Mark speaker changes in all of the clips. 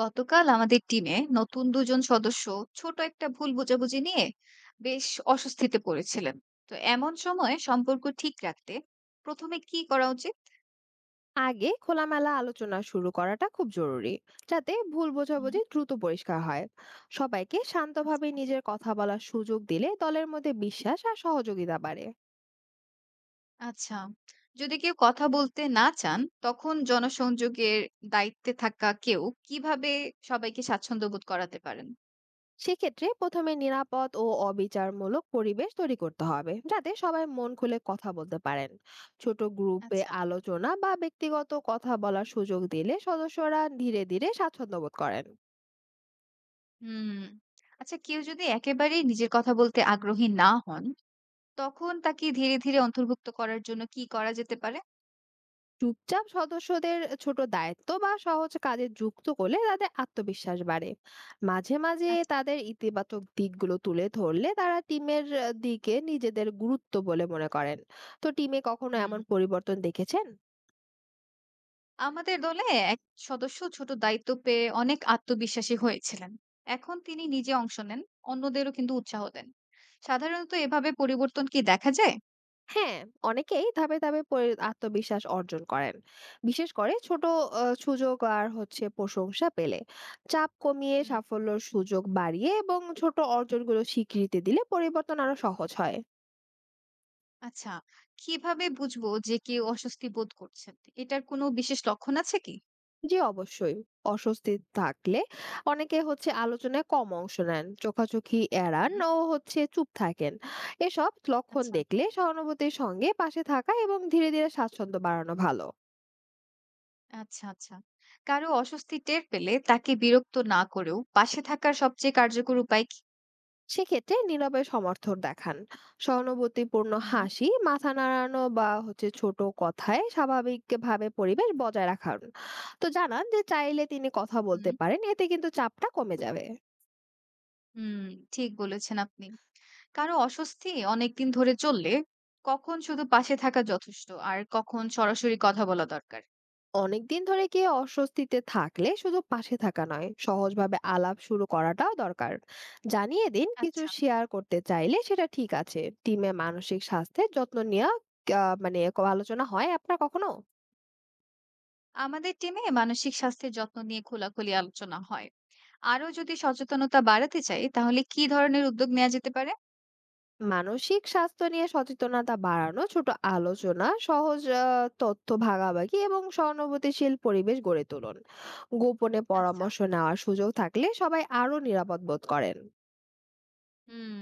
Speaker 1: গতকাল আমাদের টিমে নতুন দুজন সদস্য ছোট একটা ভুল বোঝাবুঝি নিয়ে বেশ অস্বস্তিতে পড়েছিলেন। তো এমন সময় সম্পর্ক ঠিক রাখতে প্রথমে কি করা উচিত?
Speaker 2: আগে খোলামেলা আলোচনা শুরু করাটা খুব জরুরি, যাতে ভুল
Speaker 1: হুম,
Speaker 2: বোঝাবুঝি দ্রুত পরিষ্কার হয়। সবাইকে
Speaker 1: আচ্ছা।
Speaker 2: শান্তভাবে নিজের কথা বলার সুযোগ দিলে দলের মধ্যে বিশ্বাস আর সহযোগিতা বাড়ে।
Speaker 1: আচ্ছা, যদি কেউ কথা বলতে না চান তখন জনসংযোগের দায়িত্বে থাকা কেউ কিভাবে সবাইকে স্বাচ্ছন্দ্য বোধ করাতে পারেন?
Speaker 2: সেক্ষেত্রে প্রথমে নিরাপদ ও অবিচারমূলক পরিবেশ তৈরি করতে হবে, যাতে সবাই মন খুলে কথা বলতে পারেন। ছোট গ্রুপে
Speaker 1: আচ্ছা।
Speaker 2: আলোচনা বা ব্যক্তিগত কথা বলার সুযোগ দিলে সদস্যরা ধীরে ধীরে স্বাচ্ছন্দ্য বোধ করেন।
Speaker 1: হুম। আচ্ছা, কেউ যদি একেবারেই নিজের কথা বলতে আগ্রহী না হন তখন তাকে ধীরে ধীরে অন্তর্ভুক্ত করার জন্য কি করা যেতে পারে?
Speaker 2: চুপচাপ সদস্যদের ছোট দায়িত্ব বা সহজ কাজে যুক্ত করলে তাদের আত্মবিশ্বাস বাড়ে। মাঝে মাঝে
Speaker 1: আচ্ছা।
Speaker 2: তাদের ইতিবাচক দিকগুলো তুলে ধরলে তারা টিমের দিকে নিজেদের গুরুত্ব বলে মনে করেন। তো টিমে কখনো
Speaker 1: হুম।
Speaker 2: এমন পরিবর্তন দেখেছেন?
Speaker 1: আমাদের দলে এক সদস্য ছোট দায়িত্ব পেয়ে অনেক আত্মবিশ্বাসী হয়েছিলেন। এখন তিনি নিজে অংশ নেন, অন্যদেরও কিন্তু উৎসাহ দেন। সাধারণত এভাবে পরিবর্তন কি দেখা যায়?
Speaker 2: হ্যাঁ, অনেকেই ধাপে ধাপে আত্মবিশ্বাস অর্জন করেন, বিশেষ করে ছোট সুযোগ আর প্রশংসা পেলে। চাপ কমিয়ে
Speaker 1: হুম।
Speaker 2: সাফল্যের সুযোগ বাড়িয়ে এবং ছোট অর্জনগুলো স্বীকৃতি দিলে পরিবর্তন আরো সহজ হয়।
Speaker 1: আচ্ছা, কিভাবে বুঝবো যে কেউ অস্বস্তি বোধ করছেন? এটার কোনো বিশেষ লক্ষণ আছে কি?
Speaker 2: জি, অবশ্যই। অস্বস্তি থাকলে অনেকে আলোচনায় কম অংশ নেন, চোখাচোখি এড়ান
Speaker 1: হুম।
Speaker 2: ও চুপ থাকেন। এসব লক্ষণ
Speaker 1: আচ্ছা।
Speaker 2: দেখলে সহানুভূতির সঙ্গে পাশে থাকা এবং ধীরে ধীরে স্বাচ্ছন্দ্য বাড়ানো ভালো।
Speaker 1: আচ্ছা, আচ্ছা, কারো অস্বস্তি টের পেলে তাকে বিরক্ত না করেও পাশে থাকার সবচেয়ে কার্যকর উপায় কি?
Speaker 2: সেক্ষেত্রে নীরবে সমর্থন দেখান। সহানুভূতিপূর্ণ
Speaker 1: হুম।
Speaker 2: হাসি, মাথা নাড়ানো বা ছোট কথায় স্বাভাবিকভাবে পরিবেশ বজায় রাখান। তো জানান যে চাইলে তিনি কথা বলতে
Speaker 1: হুম।
Speaker 2: পারেন, এতে কিন্তু চাপটা কমে যাবে।
Speaker 1: হুম, ঠিক বলেছেন আপনি। কারো অস্বস্তি অনেকদিন ধরে চললে কখন শুধু পাশে থাকা যথেষ্ট আর কখন সরাসরি কথা বলা দরকার?
Speaker 2: অনেকদিন ধরে কেউ অস্বস্তিতে থাকলে শুধু পাশে থাকা নয়, সহজভাবে আলাপ শুরু করাটাও দরকার। জানিয়ে দিন কিছু
Speaker 1: আচ্ছা।
Speaker 2: শেয়ার করতে চাইলে সেটা ঠিক আছে। টিমে মানসিক স্বাস্থ্যের যত্ন নেওয়া মানে আলোচনা হয় আপনার কখনো?
Speaker 1: আমাদের টিমে মানসিক স্বাস্থ্যের যত্ন নিয়ে খোলাখুলি আলোচনা হয়। আরো যদি সচেতনতা বাড়াতে চাই তাহলে কি ধরনের উদ্যোগ নেওয়া যেতে পারে?
Speaker 2: মানসিক স্বাস্থ্য নিয়ে সচেতনতা বাড়ানো, ছোট আলোচনা, সহজ তথ্য ভাগাভাগি এবং সহানুভূতিশীল পরিবেশ গড়ে তুলুন। গোপনে
Speaker 1: আচ্ছা।
Speaker 2: পরামর্শ নেওয়ার সুযোগ থাকলে সবাই আরো নিরাপদ বোধ করেন।
Speaker 1: হুম,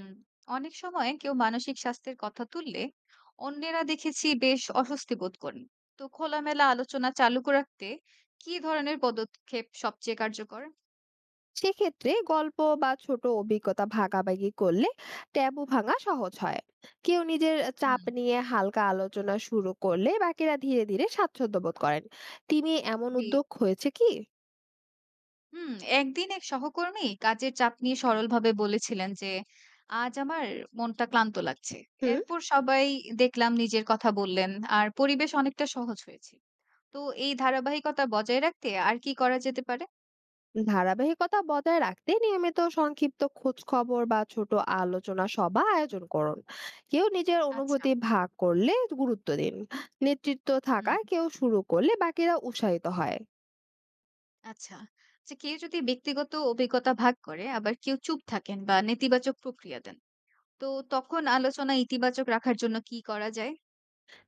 Speaker 1: অনেক সময় কেউ মানসিক স্বাস্থ্যের কথা তুললে অন্যেরা দেখেছি বেশ অস্বস্তি বোধ করেন। তো খোলামেলা আলোচনা চালু রাখতে কি ধরনের পদক্ষেপ সবচেয়ে কার্যকর?
Speaker 2: সেক্ষেত্রে গল্প বা ছোট অভিজ্ঞতা ভাগাভাগি করলে ট্যাবু ভাঙা সহজ হয়। কেউ নিজের চাপ
Speaker 1: হুম।
Speaker 2: নিয়ে হালকা আলোচনা শুরু করলে বাকিরা ধীরে ধীরে স্বাচ্ছন্দ্য বোধ করেন। টিমে এমন
Speaker 1: জি।
Speaker 2: উদ্যোগ হয়েছে কি?
Speaker 1: হুম, একদিন এক সহকর্মী কাজের চাপ নিয়ে সরলভাবে বলেছিলেন যে, "আজ আমার মনটা ক্লান্ত লাগছে।"
Speaker 2: হুম।
Speaker 1: এরপর সবাই দেখলাম নিজের কথা বললেন, আর পরিবেশ অনেকটা সহজ হয়েছে। তো এই ধারাবাহিকতা বজায় রাখতে আর কি করা যেতে পারে?
Speaker 2: ধারাবাহিকতা বজায় রাখতে নিয়মিত সংক্ষিপ্ত খোঁজ খবর বা ছোট আলোচনা সভা আয়োজন করুন। কেউ নিজের
Speaker 1: আচ্ছা।
Speaker 2: অনুভূতি ভাগ করলে গুরুত্ব দিন। নেতৃত্ব থাকা
Speaker 1: হুম,
Speaker 2: কেউ শুরু করলে বাকিরা উৎসাহিত হয়।
Speaker 1: আচ্ছা। যে কেউ যদি ব্যক্তিগত অভিজ্ঞতা ভাগ করে, আবার কেউ চুপ থাকেন বা নেতিবাচক প্রতিক্রিয়া দেন, তো তখন আলোচনা ইতিবাচক রাখার জন্য কি করা যায়?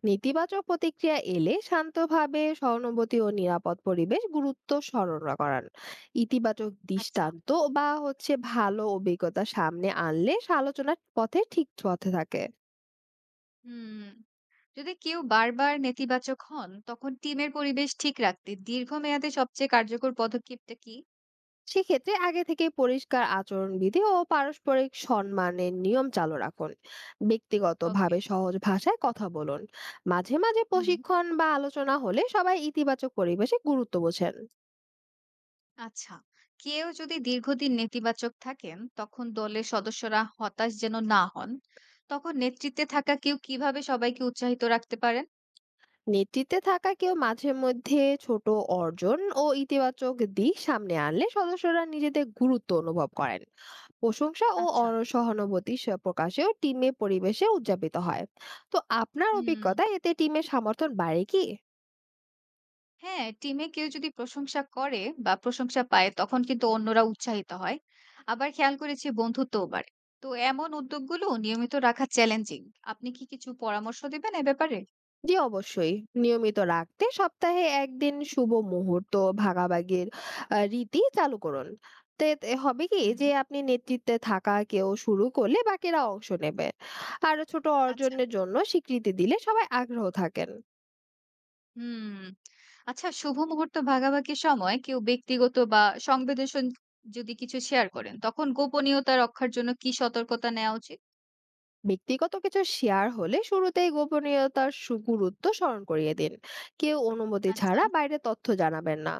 Speaker 2: নেতিবাচক প্রতিক্রিয়া এলে শান্তভাবে সহানুভূতি ও নিরাপদ পরিবেশ গুরুত্ব স্মরণ করান। ইতিবাচক
Speaker 1: আচ্ছা।
Speaker 2: দৃষ্টান্ত বা ভালো অভিজ্ঞতা সামনে আনলে সে আলোচনার পথে ঠিক পথে থাকে।
Speaker 1: হুম। যদি কেউ বারবার নেতিবাচক হন, তখন টিমের পরিবেশ ঠিক রাখতে দীর্ঘমেয়াদে সবচেয়ে কার্যকর পদক্ষেপটা কি?
Speaker 2: সেক্ষেত্রে আগে থেকে পরিষ্কার আচরণবিধি ও পারস্পরিক সম্মানের নিয়ম চালু রাখুন।
Speaker 1: ওকে।
Speaker 2: ব্যক্তিগতভাবে সহজ ভাষায় কথা বলুন। মাঝে মাঝে
Speaker 1: হুম।
Speaker 2: প্রশিক্ষণ বা আলোচনা হলে সবাই ইতিবাচক পরিবেশে গুরুত্ব বোঝেন।
Speaker 1: আচ্ছা, কেউ যদি দীর্ঘদিন নেতিবাচক থাকেন তখন দলের সদস্যরা হতাশ যেন না হন, তখন নেতৃত্বে থাকা কেউ কিভাবে সবাইকে উৎসাহিত রাখতে পারেন?
Speaker 2: নেতৃত্বে থাকা কেউ মাঝে মধ্যে ছোট অর্জন ও ইতিবাচক দিক সামনে আনলে সদস্যরা নিজেদের গুরুত্ব অনুভব করেন। প্রশংসা ও
Speaker 1: আচ্ছা।
Speaker 2: সহানুভূতি প্রকাশেও টিমে পরিবেশে উদযাপিত হয়। তো আপনার
Speaker 1: হুম।
Speaker 2: অভিজ্ঞতা এতে টিমের সমর্থন বাড়ে কি?
Speaker 1: হ্যাঁ, টিমে কেউ যদি প্রশংসা করে বা প্রশংসা পায় তখন কিন্তু অন্যরা উৎসাহিত হয়। আবার খেয়াল করেছি বন্ধুত্বও বাড়ে। তো এমন উদ্যোগগুলো নিয়মিত রাখা চ্যালেঞ্জিং। আপনি কি কিছু পরামর্শ দিবেন এ ব্যাপারে?
Speaker 2: জি, অবশ্যই। নিয়মিত রাখতে সপ্তাহে একদিন শুভ মুহূর্ত ভাগাভাগির রীতি চালু করুন। তে তে হবে কি
Speaker 1: হুম,
Speaker 2: যে আপনি নেতৃত্বে থাকা কেউ শুরু করলে বাকিরা অংশ নেবে। আর ছোট
Speaker 1: আচ্ছা।
Speaker 2: অর্জনের জন্য স্বীকৃতি দিলে সবাই আগ্রহ থাকেন।
Speaker 1: হুম। আচ্ছা, শুভ মুহূর্ত ভাগাভাগির সময় কেউ ব্যক্তিগত বা সংবেদনশীল যদি কিছু শেয়ার করেন তখন গোপনীয়তা রক্ষার জন্য কি সতর্কতা নেওয়া উচিত?
Speaker 2: ব্যক্তিগত কিছু শেয়ার হলে শুরুতেই গোপনীয়তার গুরুত্ব স্মরণ করিয়ে দিন। কেউ অনুমতি
Speaker 1: আচ্ছা।
Speaker 2: ছাড়া বাইরে তথ্য জানাবেন না।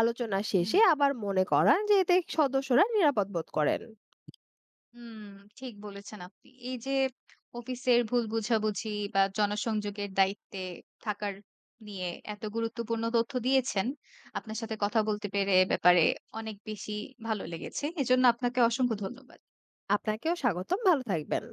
Speaker 2: আলোচনা
Speaker 1: হুম।
Speaker 2: শেষে আবার মনে করান যে এতে সদস্যরা নিরাপদ বোধ করেন।
Speaker 1: হুম, ঠিক বলেছেন আপনি। এই যে অফিসের ভুল বোঝাবুঝি বা জনসংযোগের দায়িত্বে থাকার নিয়ে এত গুরুত্বপূর্ণ তথ্য দিয়েছেন। আপনার সাথে কথা বলতে পেরে এ ব্যাপারে অনেক বেশি ভালো লেগেছে। এজন্য আপনাকে অসংখ্য ধন্যবাদ।
Speaker 2: আপনাকেও স্বাগতম, ভালো থাকবেন।